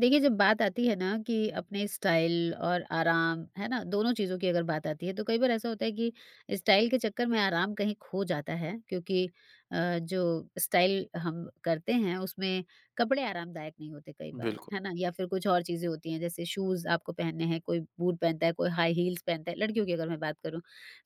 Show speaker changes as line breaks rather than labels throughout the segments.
देखिए, जब बात आती है ना कि अपने स्टाइल और आराम, है ना, दोनों चीज़ों की अगर बात आती है तो कई बार ऐसा होता है कि स्टाइल के चक्कर में आराम कहीं खो जाता है, क्योंकि जो स्टाइल हम करते हैं उसमें कपड़े आरामदायक नहीं होते कई बार,
बिल्कुल।
है ना। या फिर कुछ और चीज़ें होती हैं, जैसे शूज़ आपको पहनने हैं, कोई बूट पहनता है, कोई हाई हील्स पहनता है। लड़कियों की अगर मैं बात करूँ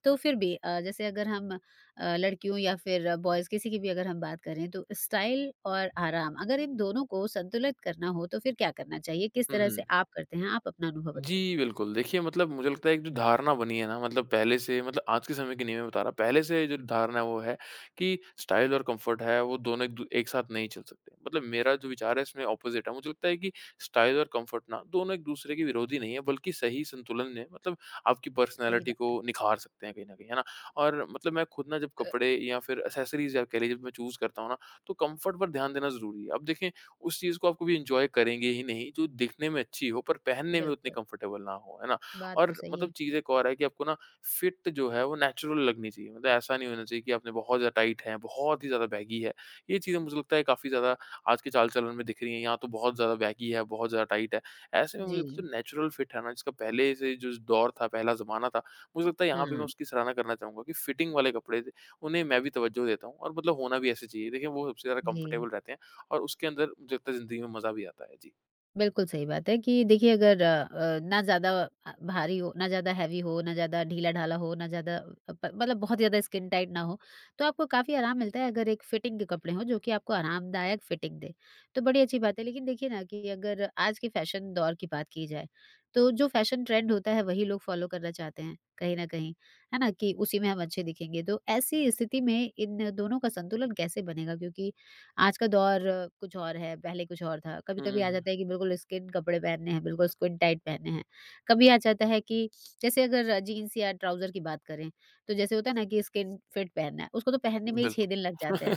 तो फिर भी जैसे अगर हम लड़कियों या फिर बॉयज़ किसी की भी अगर हम बात करें तो स्टाइल और आराम, अगर इन दोनों को संतुलित करना हो तो फिर क्या करना चाहिए? किस
हुँ,
तरह से
हुँ।
आप करते हैं? आप अपना अनुभव बताइए।
जी, बिल्कुल। देखिए मतलब मुझे लगता है एक जो धारणा बनी है ना मतलब पहले से मतलब आज के समय की नहीं मैं बता रहा, पहले से जो धारणा है वो है कि स्टाइल और कम्फ़र्ट है वो दोनों एक साथ नहीं चल सकते। मतलब मेरा जो विचार है इसमें अपोज़िट है। मुझे लगता है कि स्टाइल और कम्फ़र्ट ना दोनों एक-दूसरे के विरोधी नहीं है बल्कि सही संतुलन में मतलब आपकी
सही
पर्सनैलिटी को
बात है।
निखार सकते हैं कहीं न कहीं, है ना? और मतलब मैं खुद ना जब
अ
कपड़े या फिर एक्सेसरीज़ या कह लीजिए जब मैं चूज़ करता हूँ ना, तो कम्फ़र्ट पर ध्यान देना ज़रूरी है। अब देखें उस चीज़ को आप कभी एन्जॉय करेंगे ही नहीं जो दिखने में अच्छी हो पर पहनने में उतनी
बिल्कुल,
कंफर्टेबल ना हो, है ना?
बात तो
और
सही
मतलब
है।
चीज़ एक और है कि आपको ना फिट जो है वो नेचुरल लगनी चाहिए। मतलब ऐसा नहीं होना चाहिए कि आपने बहुत ज़्यादा टाइट है, बहुत ही ज़्यादा बैगी है। ये चीज़ें मुझे लगता है काफ़ी ज़्यादा आज के चाल-चलन में दिख रही हैं, या तो बहुत ज़्यादा बैगी है, बहुत ज़्यादा टाइट है। ऐसे में मुझे लगता
जी,
है जो नेचुरल फिट है ना जिसका पहले से जो दौर था, पहला ज़माना था, मुझे लगता है यहाँ पे मैं
हाँ,
उसकी सराहना करना चाहूँगा कि फिटिंग वाले कपड़े थे, उन्हें मैं भी तवज्जो देता हूँ और मतलब होना भी ऐसे चाहिए। देखिए वो सबसे ज़्यादा
जी।
कंफर्टेबल रहते हैं। और उसके अंदर मुझे लगता है ज़िंदगी में मज़ा भी आता है। जी।
बिल्कुल सही बात है कि देखिए, अगर ना ज़्यादा भारी हो, ना ज़्यादा हैवी हो, ना ज़्यादा ढीला-ढाला हो, ना ज़्यादा अ, प मतलब बहुत ज़्यादा स्किन टाइट ना हो, तो आपको काफ़ी आराम मिलता है। अगर एक फिटिंग के कपड़े हों जो कि आपको आरामदायक फिटिंग दें, तो बड़ी अच्छी बात है। लेकिन देखिए ना कि अगर आज के फैशन दौर की बात की जाए, तो जो फैशन ट्रेंड होता है वही लोग फॉलो करना चाहते हैं कहीं न कहीं, है ना? कि उसी में हम अच्छे दिखेंगे। तो ऐसी स्थिति में इन दोनों का संतुलन कैसे बनेगा? क्योंकि आज का दौर कुछ और है, पहले कुछ और था।
हुँ,
कभी-कभी
हुँ,
आ
हुँ।
जाता है कि बिल्कुल स्किन कपड़े पहनने हैं, बिल्कुल स्किन टाइट पहनने हैं। कभी आ जाता है कि जैसे अगर जीन्स या ट्राउज़र की बात करें, तो जैसे होता है ना कि स्किन फिट पहनना है, उसको तो पहनने में ही 6 दिन लग जाते
बिल्कुल।
हैं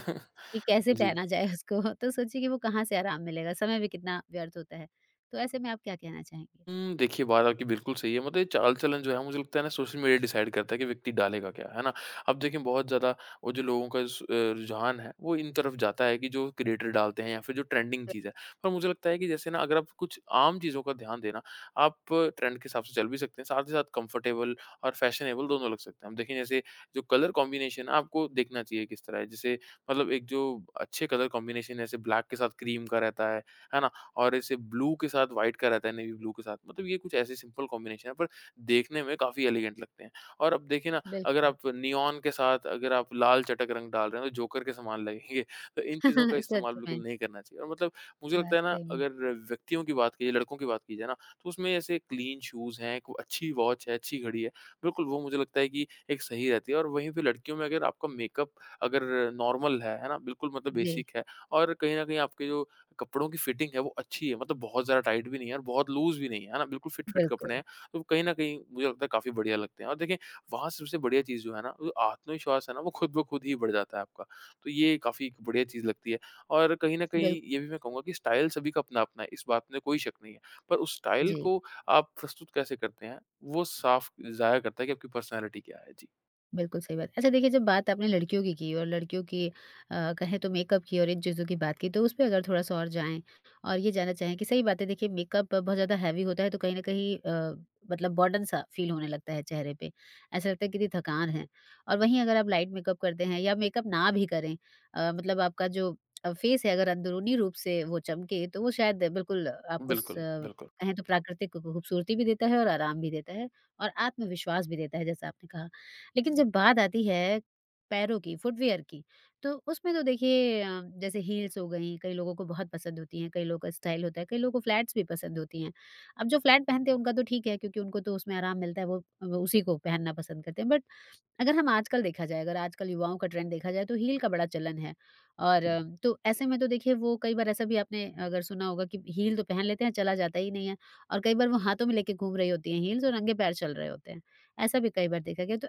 कि कैसे
जी।
पहना जाए उसको। तो सोचिए कि वो कहाँ से आराम मिलेगा, समय भी कितना व्यर्थ होता है। तो ऐसे में आप क्या कहना चाहेंगे?
देखिए बात आपकी बिल्कुल सही है। मतलब ये चाल-चलन जो है मुझे लगता है ना सोशल मीडिया डिसाइड करता है कि व्यक्ति डालेगा क्या, है ना? अब देखें बहुत ज़्यादा वो जो लोगों का रुझान है वो इन तरफ जाता है कि जो क्रिएटर डालते हैं या फिर जो ट्रेंडिंग चीज़ है। पर मुझे लगता है कि जैसे ना अगर आप कुछ आम चीज़ों का ध्यान देना, आप ट्रेंड के हिसाब से चल भी सकते हैं, साथ ही साथ कंफर्टेबल और फैशनेबल दोनों लग सकते हैं। अब देखें जैसे जो कलर कॉम्बिनेशन है आपको देखना चाहिए किस तरह है। जैसे मतलब एक जो अच्छे कलर कॉम्बिनेशन है जैसे ब्लैक के साथ क्रीम का रहता है ना? और ऐसे ब्लू के साथ व्हाइट का रहता है नेवी ब्लू के साथ। मतलब ये कुछ ऐसे सिंपल कॉम्बिनेशन है पर देखने में काफ़ी एलिगेंट लगते हैं। और अब देखिए ना अगर
बिल्कुल,
आप नियॉन के साथ अगर आप लाल चटक रंग डाल रहे हैं तो जोकर के समान लगेंगे। तो इन चीज़ों का
सच
इस्तेमाल
में,
बिल्कुल नहीं करना चाहिए। और मतलब मुझे लगता है ना
वाक़ई में।
अगर व्यक्तियों की बात की जाए, लड़कों की बात की जाए ना तो उसमें ऐसे क्लीन शूज़ हैं, एक अच्छी वॉच है, अच्छी घड़ी है। बिल्कुल वो मुझे लगता है कि एक सही रहती है और वहीं पे लड़कियों में अगर आपका मेकअप अगर नॉर्मल है ना? बिल्कुल मतलब
जी,
बेसिक है और कहीं न कहीं आपके जो कपड़ों की फ़िटिंग है वो अच्छी है, मतलब बहुत ज़्यादा टाइट भी नहीं है और बहुत लूज़ भी नहीं है, है ना? बिल्कुल फ़िट-फ़िट
बिल्कुल,
कपड़े हैं, तो कहीं न कहीं मुझे लगता है काफ़ी बढ़िया लगते हैं और देखिए, वहाँ से सबसे बढ़िया चीज़ जो है ना, वो आत्मविश्वास है ना, वो खुद ब खुद ही बढ़ जाता है आपका। तो ये काफ़ी एक बढ़िया चीज़ लगती है और कहीं न
बिल
कहीं ये भी मैं कहूँगा कि स्टाइल सभी का अपना-अपना है, इस बात में कोई शक नहीं है, पर उस स्टाइल
जी।
को आप प्रस्तुत कैसे करते हैं, वो साफ़ ज़ाहिर करता है कि आपकी पर्सनैलिटी क्या है। जी,
बिल्कुल सही बात। अच्छा, देखिए जब बात आपने लड़कियों की और लड़कियों की कहें तो मेकअप की और इन चीज़ों की बात की, तो उस पे अगर थोड़ा-सा और जाएँ और ये जानना चाहें कि सही बात है। देखिए, मेकअप बहुत ज़्यादा हेवी होता है तो कहीं न कहीं मतलब बर्डन-सा फ़ील होने लगता है चेहरे पे। ऐसा लगता है कितनी थकान है। और वहीं अगर आप लाइट मेकअप करते हैं या मेकअप ना भी करें, मतलब आपका जो फेस है अगर अंदरूनी रूप से वो चमके तो वो शायद बिल्कुल आपको
बिल्कुल, बिल्कुल।
कहें तो प्राकृतिक खूबसूरती भी देता है और आराम भी देता है और आत्मविश्वास भी देता है, जैसा आपने कहा। लेकिन जब बात आती है पैरों की, फुटवियर की, तो उसमें तो देखिए जैसे हील्स हो गईं, कई लोगों को बहुत पसंद होती हैं, कई लोगों का स्टाइल होता है, कई लोगों को फ्लैट्स भी पसंद होती हैं। अब जो फ्लैट पहनते हैं उनका तो ठीक है, क्योंकि उनको तो उसमें आराम मिलता है, वो उसी को पहनना पसंद करते हैं। बट अगर हम आजकल देखा जाए, अगर आजकल युवाओं का ट्रेंड देखा जाए तो हील का बड़ा चलन है। और हुँ। तो ऐसे में तो देखिए, वो कई बार, ऐसा भी आपने अगर सुना होगा कि हील तो पहन लेते हैं, चला जाता ही नहीं है, और कई बार वो हाथों में लेके घूम रही होती हैं हील्स और नंगे पैर चल रहे होते हैं। ऐसा भी कई बार देखा गया है। तो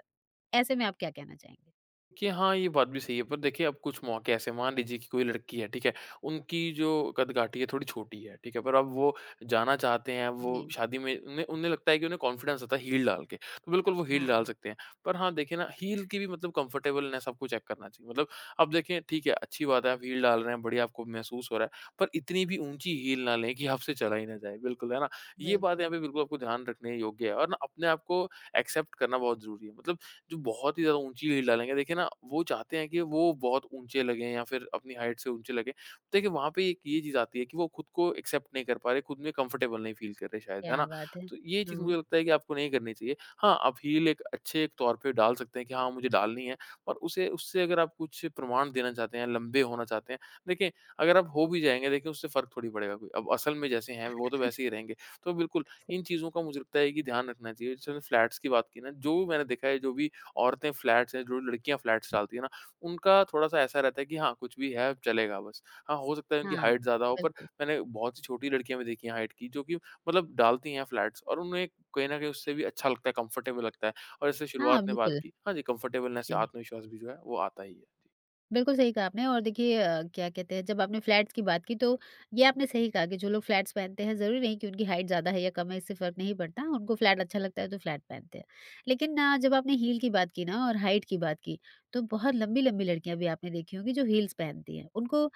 ऐसे में आप क्या कहना चाहेंगे?
कि हाँ, ये बात भी सही है, पर देखिए अब कुछ मौके ऐसे मान लीजिए कि कोई लड़की है, ठीक है? उनकी जो कदकाठी है थोड़ी छोटी है, ठीक है? पर अब वो जाना चाहते हैं, वो
जी,
शादी में उन्हें उन्हें लगता है कि उन्हें कॉन्फिडेंस आता है हील डाल के, तो बिल्कुल वो हील डाल
हाँ,
सकते हैं। पर हाँ, देखिए ना हील की भी मतलब कम्फर्टेबलनेस आपको चेक करना चाहिए। मतलब अब देखें ठीक है, अच्छी बात है आप हील डाल रहे हैं, बढ़िया आपको महसूस हो रहा है, पर इतनी भी ऊँची हील ना लें कि आपसे चला ही ना जाए, बिल्कुल, है ना? ये बात यहाँ
बिल्कुल।
पे बिल्कुल आपको ध्यान रखने योग्य है और ना अपने आप को एक्सेप्ट करना बहुत ज़रूरी है। मतलब जो बहुत ही ज़्यादा ऊँची हील डालेंगे, देखिए ना वो चाहते हैं कि वो बहुत ऊँचे लगें या फिर अपनी हाइट से ऊँचे लगें। देखिए वहाँ पे एक ये चीज़ आती है कि वो खुद को एक्सेप्ट नहीं कर पा रहे, खुद में कंफर्टेबल नहीं फ़ील कर रहे शायद, है
क्या
ना?
बात है!
तो ये चीज़
हाँ,
मुझे लगता है कि आपको नहीं करनी चाहिए। हाँ, आप हील एक अच्छे एक तौर पे डाल सकते हैं कि हाँ, मुझे डालनी है और उसे उससे अगर आप कुछ प्रमाण देना चाहते हैं, लंबे होना चाहते हैं, देखिए अगर आप हो भी जाएँगे देखिए उससे फ़र्क थोड़ी पड़ेगा कोई। अब असल में जैसे हैं वो तो वैसे ही रहेंगे। तो बिल्कुल इन चीज़ों का मुझे लगता है कि ध्यान रखना चाहिए। जैसे फ्लैट्स की बात की ना, जो भी मैंने देखा है, जो भी औरतें फ्लैट्स हैं, जो लड़कियाँ फ्लैट्स डालती हैं ना, उनका थोड़ा-सा ऐसा रहता है कि हाँ, कुछ भी है, चलेगा बस। हाँ, हो सकता है उनकी
हाँ,
हाइट ज़्यादा हो, पर
बिल्कुल।
मैंने बहुत सी छोटी लड़कियाँ भी देखी हैं हाइट की, जो कि मतलब डालती हैं फ्लैट्स और उन्हें कहीं न कहीं उससे भी अच्छा लगता है, कम्फ़र्टेबल लगता है और इससे
हाँ,
शुरुआत में बात
बिल्कुल,
की। हाँ जी, कम्फ़र्टेबलनेस से
जी।
आत्मविश्वास भी जो है, वो आता ही है।
बिल्कुल सही कहा आपने। और देखिए क्या कहते हैं, जब आपने फ्लैट्स की बात की, तो ये आपने सही कहा कि जो लोग फ्लैट्स पहनते हैं, ज़रूरी नहीं कि उनकी हाइट ज़्यादा है या कम है, इससे फ़र्क नहीं पड़ता, उनको फ्लैट अच्छा लगता है तो फ्लैट पहनते हैं। लेकिन जब आपने हील की बात की ना और हाइट की बात की, तो बहुत लंबी लंबी लड़कियां भी आपने देखी होंगी जो हील्स पहनती हैं। उनको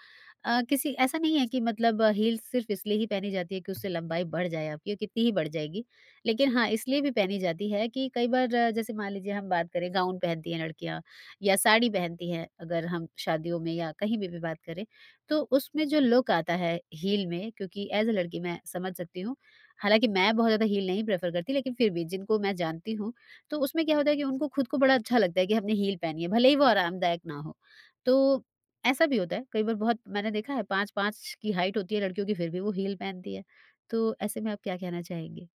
किसी ऐसा नहीं है कि मतलब हील्स सिर्फ इसलिए ही पहनी जाती है कि उससे लंबाई बढ़ जाए आपकी, और कितनी ही बढ़ जाएगी। लेकिन हाँ, इसलिए भी पहनी जाती है कि कई बार जैसे मान लीजिए, हम बात करें, गाउन पहनती हैं लड़कियां या साड़ी पहनती हैं, अगर हम शादियों में या कहीं भी बात करें, तो उसमें जो लुक आता है हील में, क्योंकि ऐज़ अ लड़की मैं समझ सकती हूँ, हालाँकि मैं बहुत ज़्यादा हील नहीं प्रेफ़र करती, लेकिन फिर भी जिनको मैं जानती हूँ, तो उसमें क्या होता है कि उनको खुद को बड़ा अच्छा लगता है कि हमने हील पहनी है, भले ही वो आरामदायक ना हो। तो ऐसा भी होता है। कई बार बहुत मैंने देखा है, 5-5 की हाइट होती है लड़कियों की, फिर भी वो हील पहनती है। तो ऐसे में आप क्या कहना चाहेंगे?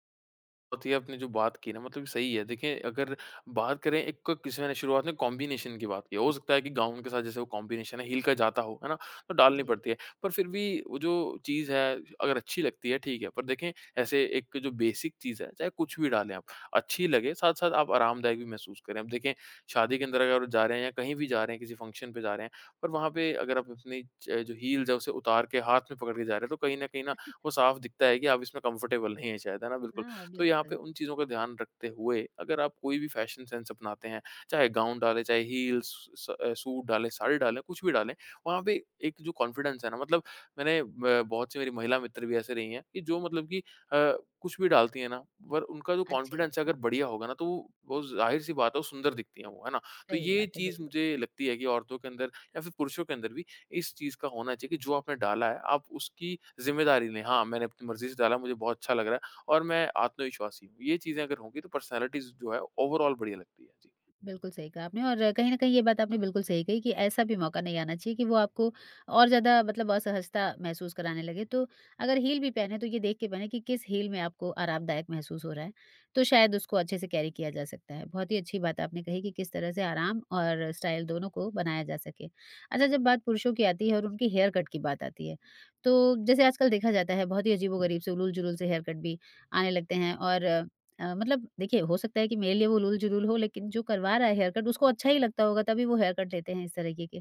बहुत ही आपने जो बात की ना मतलब सही है। देखिए अगर बात करें किसी ने शुरुआत में कॉम्बिनेशन की बात की। हो सकता है कि गाउन के साथ जैसे वो कॉम्बिनेशन है, हील का जाता हो, है ना? तो डालनी
जी,
पड़ती है। पर फिर भी वो जो चीज़ है अगर अच्छी लगती है ठीक है। पर देखें ऐसे एक जो बेसिक चीज़ है चाहे कुछ भी डालें आप, अच्छी लगे साथ-साथ आप आरामदायक भी महसूस करें। अब देखें शादी के अंदर अगर जा रहे हैं या कहीं भी जा रहे हैं, किसी फंक्शन पे जा रहे हैं पर वहाँ पे अगर आप अपनी च जो हील्स है उसे उतार के हाथ में पकड़ के जा रहे हैं तो कहीं न कहीं ना वो साफ दिखता है कि आप इसमें कम्फर्टेबल नहीं है शायद, है ना? बिल्कुल।
हाँ,
तो यहाँ पे
बिल्कुल,
उन चीज़ों का ध्यान रखते हुए अगर आप कोई भी फैशन सेंस अपनाते हैं, चाहे गाउन डालें, चाहे हील्स, सूट डालें, साड़ी डालें, कुछ भी डालें, वहाँ पे एक जो कॉन्फिडेंस है ना मतलब मैंने ब बहुत सी मेरी महिला मित्र भी ऐसे रही हैं कि जो मतलब कि अ, कुछ भी डालती हैं ना, पर उनका जो
अच्छी
कॉन्फिडेंस है
लगती
अगर
हैं।
बढ़िया होगा ना, तो वो बहुत ज़ाहिर-सी बात है, वो सुंदर दिखती हैं वो, है ना? तो
सही
ये
बात है,
चीज़
बिल्कुल।
मुझे लगती है कि औरतों के अंदर या फिर पुरुषों के अंदर भी इस चीज़ का होना चाहिए कि जो आपने डाला है, आप उसकी ज़िम्मेदारी लें। हाँ, मैंने अपनी मर्ज़ी से डाला, मुझे बहुत अच्छा लग रहा है। और मैं आत्मविश्वासी हूँ। ये चीज़ें अगर होंगी तो पर्सनैलिटीज़ जो है ओवरऑल बढ़िया लगती है। जी।
बिल्कुल सही कहा आपने। और कहीं न कहीं ये बात आपने बिल्कुल सही कही कि ऐसा भी मौका नहीं आना चाहिए कि वो आपको और ज़्यादा मतलब असहजता महसूस कराने लगे। तो अगर हील भी पहने तो ये देख के पहने कि किस हील में आपको आरामदायक महसूस हो रहा है, तो शायद उसको अच्छे से कैरी किया जा सकता है। बहुत ही अच्छी बात आपने कही कि किस तरह से आराम और स्टाइल दोनों को बनाया जा सके। अच्छा, जब बात पुरुषों की आती है और उनकी हेयर कट की बात आती है, तो जैसे आजकल देखा जाता है बहुत ही अजीबो-गरीब से उलूल-जुलूल से हेयर कट भी आने लगते हैं, और मतलब देखिए, हो सकता है कि मेरे लिए वो उलूल-जुलूल हो, लेकिन जो करवा रहा है हेयर कट उसको अच्छा ही लगता होगा तभी वो हेयर कट लेते हैं इस तरीके के।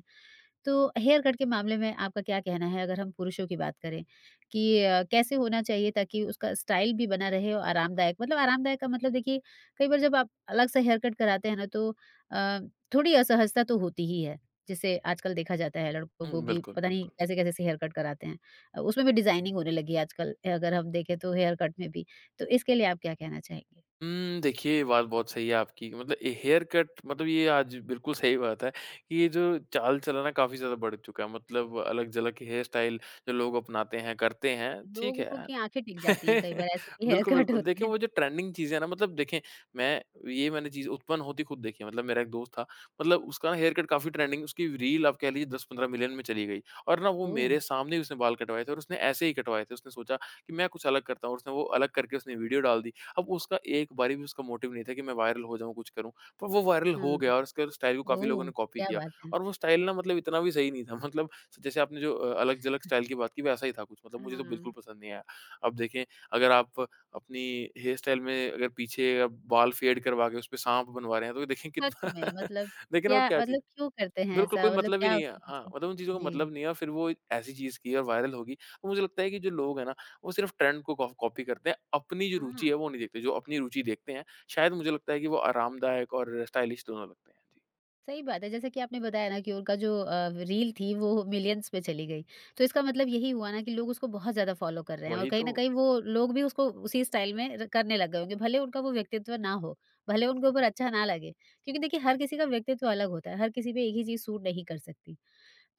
तो हेयर कट के मामले में आपका क्या कहना है, अगर हम पुरुषों की बात करें, कि कैसे होना चाहिए ताकि उसका स्टाइल भी बना रहे और आरामदायक, मतलब आरामदायक का मतलब देखिए, कई बार जब आप अलग से हेयर कट कराते हैं ना तो अ, थोड़ी असहजता तो होती ही है। जिसे आजकल देखा जाता है लड़कों को
हुँ,
कि
बिल्कुल,
पता नहीं
बिल्कुल।
कैसे-कैसे से हेयर कट कराते हैं। उसमें भी डिज़ाइनिंग होने लगी है आजकल, अगर हम देखें तो हेयर कट में भी। तो इसके लिए आप क्या कहना चाहेंगे?
देखिए ये बात बहुत सही है आपकी मतलब ए हेयर कट मतलब ये आज बिल्कुल सही बात है कि ये जो चाल-चलन है काफ़ी ज़्यादा बढ़ चुका है। मतलब अलग-झलक हेयर स्टाइल जो लोग अपनाते हैं, करते हैं, ठीक
लोगों
है।
की आँखें टिक जाती हैं, कई बार ऐसे भी हेयर
बिल्कुल,
कट
बिल्कुल।
होते
देखिए
हैं।
वो जो ट्रेंडिंग चीज़ें हैं ना मतलब देखें मैं ये मैंने चीज़ उत्पन्न होती खुद देखी है। मतलब मेरा एक दोस्त था मतलब उसका ना हेयर कट काफ़ी ट्रेंडिंग उसकी रील आप कह लीजिए 10-15 मिलियन में चली गई और ना वो
ओह!
मेरे सामने ही उसने बाल कटवाए थे और उसने ऐसे ही कटवाए थे। उसने सोचा कि मैं कुछ अलग करता हूँ और उसने वो अलग करके उसने वीडियो डाल दी। अब उसका एक बारी भी उसका मोटिव नहीं था कि मैं वायरल हो जाऊँ, कुछ करूँ। पर वो वायरल
हाँ,
हो गया और उसके स्टाइल को काफ़ी लोगों
ओह!
ने कॉपी
क्या
किया
बात है।
और वो स्टाइल ना मतलब इतना भी सही नहीं था। मतलब जैसे आपने जो अलग-जलग स्टाइल की बात की वैसा ही था कुछ मतलब मुझे तो बिल्कुल
हाँ,
पसंद नहीं आया। अब देखें अगर आप अपनी हेयर स्टाइल में अगर पीछे आप बाल फेड करवा के उसपे साँप बनवा रहे हैं तो देखें
सच
कितना
में। मतलब,
देखें ना वो
क्या
क्या चीज़
मतलब
है।
क्यों करते हैं
बिल्कुल कोई
ऐसा? मतलब
मतलब ही
क्या
नहीं है।
उसके
हाँ,
पीछे।
मतलब उन चीज़ों का
जी,
मतलब नहीं है और फिर वो ऐसी चीज़ की और वायरल होगी। तो मुझे लगता है कि जो लोग हैं ना वो सिर्फ़ ट्रेंड को कॉफ कॉपी करते हैं, अपनी जो रुचि
हाँ,
है वो नहीं देखते। जो अपनी रुचि देखते हैं शायद मुझे लगता है कि वो आरामदायक और स्टाइलिश दोनों लगते हैं। जी,
सही बात है, जैसे कि आपने बताया ना कि उनका जो रील थी वो मिलियंस में चली गई। तो इसका मतलब यही हुआ ना कि लोग उसको बहुत ज़्यादा फ़ॉलो कर रहे हैं, और
वही
कहीं
तो
न कहीं वो लोग भी उसको उसी स्टाइल में र करने लग गए होंगे। भले उनका वो व्यक्तित्व ना हो, भले उनके ऊपर अच्छा ना लगे। क्योंकि देखिए, हर किसी का व्यक्तित्व अलग होता है, हर किसी पे एक ही चीज़ सूट नहीं कर सकती।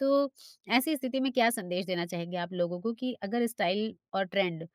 तो ऐसी स्थिति में क्या संदेश देना चाहेंगे आप लोगों को, कि अगर स्टाइल और ट्रेंड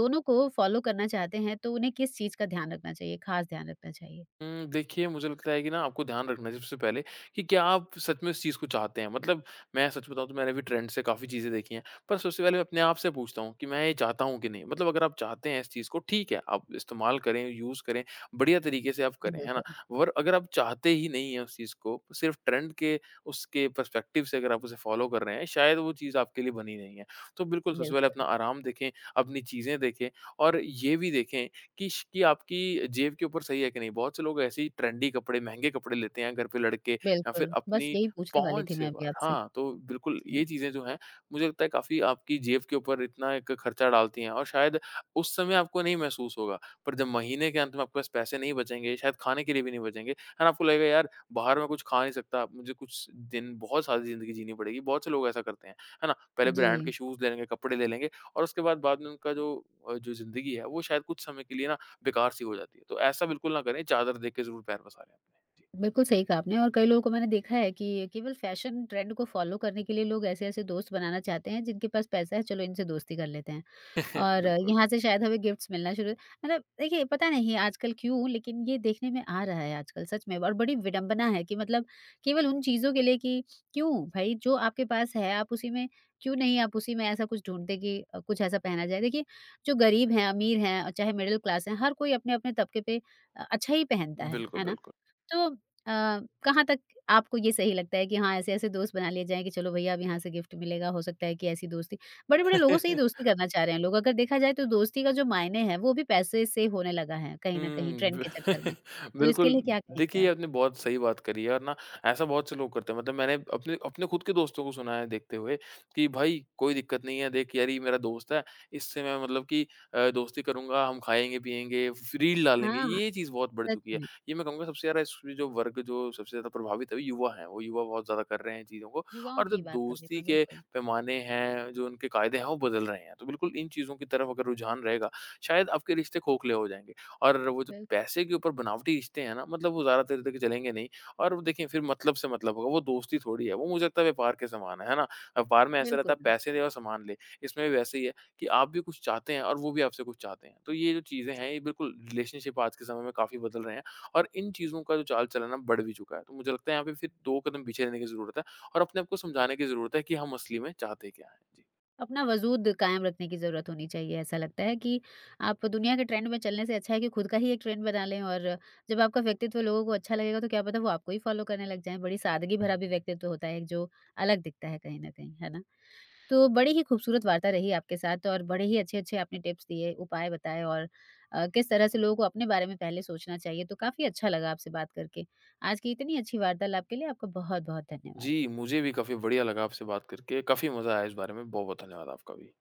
दोनों को फॉलो करना चाहते हैं तो उन्हें किस चीज़ का ध्यान रखना चाहिए, खास ध्यान रखना चाहिए?
देखिए मुझे लगता है कि ना आपको ध्यान रखना है सबसे पहले कि क्या आप सच में उस चीज़ को चाहते हैं? मतलब मैं सच बताऊँ तो मैंने भी ट्रेंड से काफ़ी चीज़ें देखी हैं, पर सबसे पहले मैं अपने आप से पूछता हूँ कि मैं ये चाहता हूँ कि नहीं? मतलब अगर आप चाहते हैं इस चीज़ को ठीक है, आप इस्तेमाल करें, यूज़ करें, बढ़िया तरीके से आप
जी,
करें, है ना?
बिल्कुल,
और अगर आप चाहते ही नहीं हैं उस चीज़ को, सिर्फ़ ट्रेंड के उसके पर्सपेक्टिव से अगर आप उसे फ़ॉलो कर रहे हैं, शायद वो चीज़ आपके लिए बनी नहीं है। तो बिल्कुल सबसे पहले अपना
बिल्कुल,
आराम देखें, अपनी चीज़ें देखें और ये भी देखें किश कि आपकी जेब के ऊपर सही है कि नहीं। बहुत से लोग ऐसे ही ट्रेंडी कपड़े, महँगे कपड़े लेते हैं घर पे लड़के या फिर
बिल्कुल। बस
अपनी
यही पूछने वाली
पहुँच
थी मैं
से
अभी
बाहर
आपसे।
हाँ, तो बिल्कुल ये
जी,
चीज़ें जो हैं मुझे लगता है काफ़ी आपकी जेब के ऊपर इतना एक खर्चा डालती हैं और शायद उस समय आपको नहीं महसूस होगा। पर जब महीने के अंत में आपके पास पैसे नहीं बचेंगे, शायद खाने के लिए भी नहीं बचेंगे, है ना? आपको लगेगा यार बाहर मैं कुछ खा नहीं सकता, मुझे कुछ दिन बहुत सारी ज़िंदगी जीनी पड़ेगी। बहुत से लोग ऐसा करते हैं, है ना? पहले
जी।
ब्रांड के शूज़ ले लेंगे, कपड़े ले लेंगे और उसके बाद बाद में उनका जो जो ज़िंदगी है वो शायद कुछ समय के लिए ना बेकार सी हो जाती है। तो ऐसा बिल्कुल ना करें, चादर देख के ज़रूर पैर पसारें अपने। जी।
बिल्कुल सही कहा आपने। और कई लोगों को मैंने देखा है कि केवल फैशन ट्रेंड को फॉलो करने के लिए लोग ऐसे-ऐसे दोस्त बनाना चाहते हैं जिनके पास पैसा है, चलो इनसे दोस्ती कर लेते हैं। और
बिल्कुल,
यहाँ से शायद हमें गिफ्ट्स मिलना शुरू, मतलब देखिए, पता नहीं आजकल क्यों, लेकिन ये देखने में आ रहा है आजकल सच में, और बड़ी विडंबना है कि मतलब, केवल उन चीज़ों के लिए कि क्यों भाई, जो आपके पास है आप उसी में क्यों नहीं, आप उसी में ऐसा कुछ ढूंढते कि कुछ ऐसा पहना जाए। देखिए, जो गरीब हैं अमीर हैं और चाहे मिडिल क्लास हैं, हर कोई अपने अपने तबके पे अच्छा ही पहनता है
बिल्कुल,
है ना?
बिल्कुल।
तो कहाँ तक आपको ये सही लगता है कि हाँ, ऐसे-ऐसे दोस्त बना लिए जाएँ कि चलो भैया अब यहाँ से गिफ्ट मिलेगा, हो सकता है कि ऐसी दोस्ती, बड़े-बड़े लोगों से ही दोस्ती करना चाह रहे हैं लोग। अगर देखा जाए तो दोस्ती का जो मायने है, वो भी पैसे से होने लगा है कहीं न कहीं ट्रेंड
ब
के चक्कर में। तो इसके
बिल्कुल,
लिए क्या कहेंगे
देखिए
आप?
आपने बहुत सही बात करी है और ना ऐसा बहुत से लोग करते हैं। मतलब मैंने अपने अपने खुद के दोस्तों को सुना है देखते हुए कि भाई कोई दिक्कत नहीं है, देख यार ये मेरा दोस्त है, इससे मैं मतलब कि दोस्ती करूँगा, हम खाएँगे-पिएँगे, रील डालेंगे,
हाँ,
ये चीज़ बहुत बढ़
सच
चुकी है।
में।
ये मैं कहूँगा सबसे ज़्यादा इस जो वर्ग जो सबसे ज़्यादा प्रभावित है वो युवा हैं, वो युवा बहुत ज़्यादा कर रहे हैं चीज़ों को
युवाओं
और जो
की बात कर रही हूँ
दोस्ती
मैं,
के
बिल्कुल।
पैमाने हैं, जो उनके कायदे हैं वो बदल रहे हैं। तो बिल्कुल इन चीज़ों की तरफ अगर रुझान रहेगा, शायद आपके रिश्ते खोखले हो जाएँगे। और वो जो
बिल्कुल,
पैसे के ऊपर बनावटी रिश्ते हैं ना मतलब वो ज़्यादा देर तक चलेंगे नहीं और वो देखिए फिर मतलब से मतलब होगा, वो दोस्ती थोड़ी है, वो मुझे लगता है व्यापार के समान है ना? व्यापार में ऐसा रहता है
बिल्कुल।
पैसे दे और सामान ले, इसमें भी वैसे ही है कि आप भी कुछ चाहते हैं और वो भी आपसे कुछ चाहते हैं। तो ये जो चीज़ें हैं ये बिल्कुल रिलेशनशिप आज के समय में काफ़ी बदल रहे हैं और इन चीज़ों का जो चाल-चलन है ना बढ़ भी चुका है। तो मुझे लगता है यहाँ पे फिर 2 कदम पीछे रहने की ज़रूरत है और अपने आप को समझाने की ज़रूरत है कि हम असली में चाहते क्या हैं। जी।
अपना वजूद कायम रखने की ज़रूरत होनी चाहिए, ऐसा लगता है कि आप दुनिया के ट्रेंड में चलने से अच्छा है कि खुद का ही एक ट्रेंड बना लें, और जब आपका व्यक्तित्व लोगों को अच्छा लगेगा तो क्या पता वो आपको ही फ़ॉलो करने लग जाएँ। बड़ी सादगी भरा भी व्यक्तित्व होता है एक, जो अलग दिखता है कहीं न कहीं, है ना? तो बड़ी ही खूबसूरत वार्ता रही आपके साथ, और बड़े ही अच्छे-अच्छे आपने टिप्स दिए, उपाय बताए, और किस तरह से लोगों को अपने बारे में पहले सोचना चाहिए, तो काफ़ी अच्छा लगा आपसे बात करके। आज की इतनी अच्छी वार्तालाप के लिए आपका बहुत-बहुत धन्यवाद।
जी, मुझे भी काफ़ी बढ़िया लगा आपसे बात करके, काफ़ी मज़ा आया इस बारे में। बहुत-बहुत धन्यवाद आपका भी।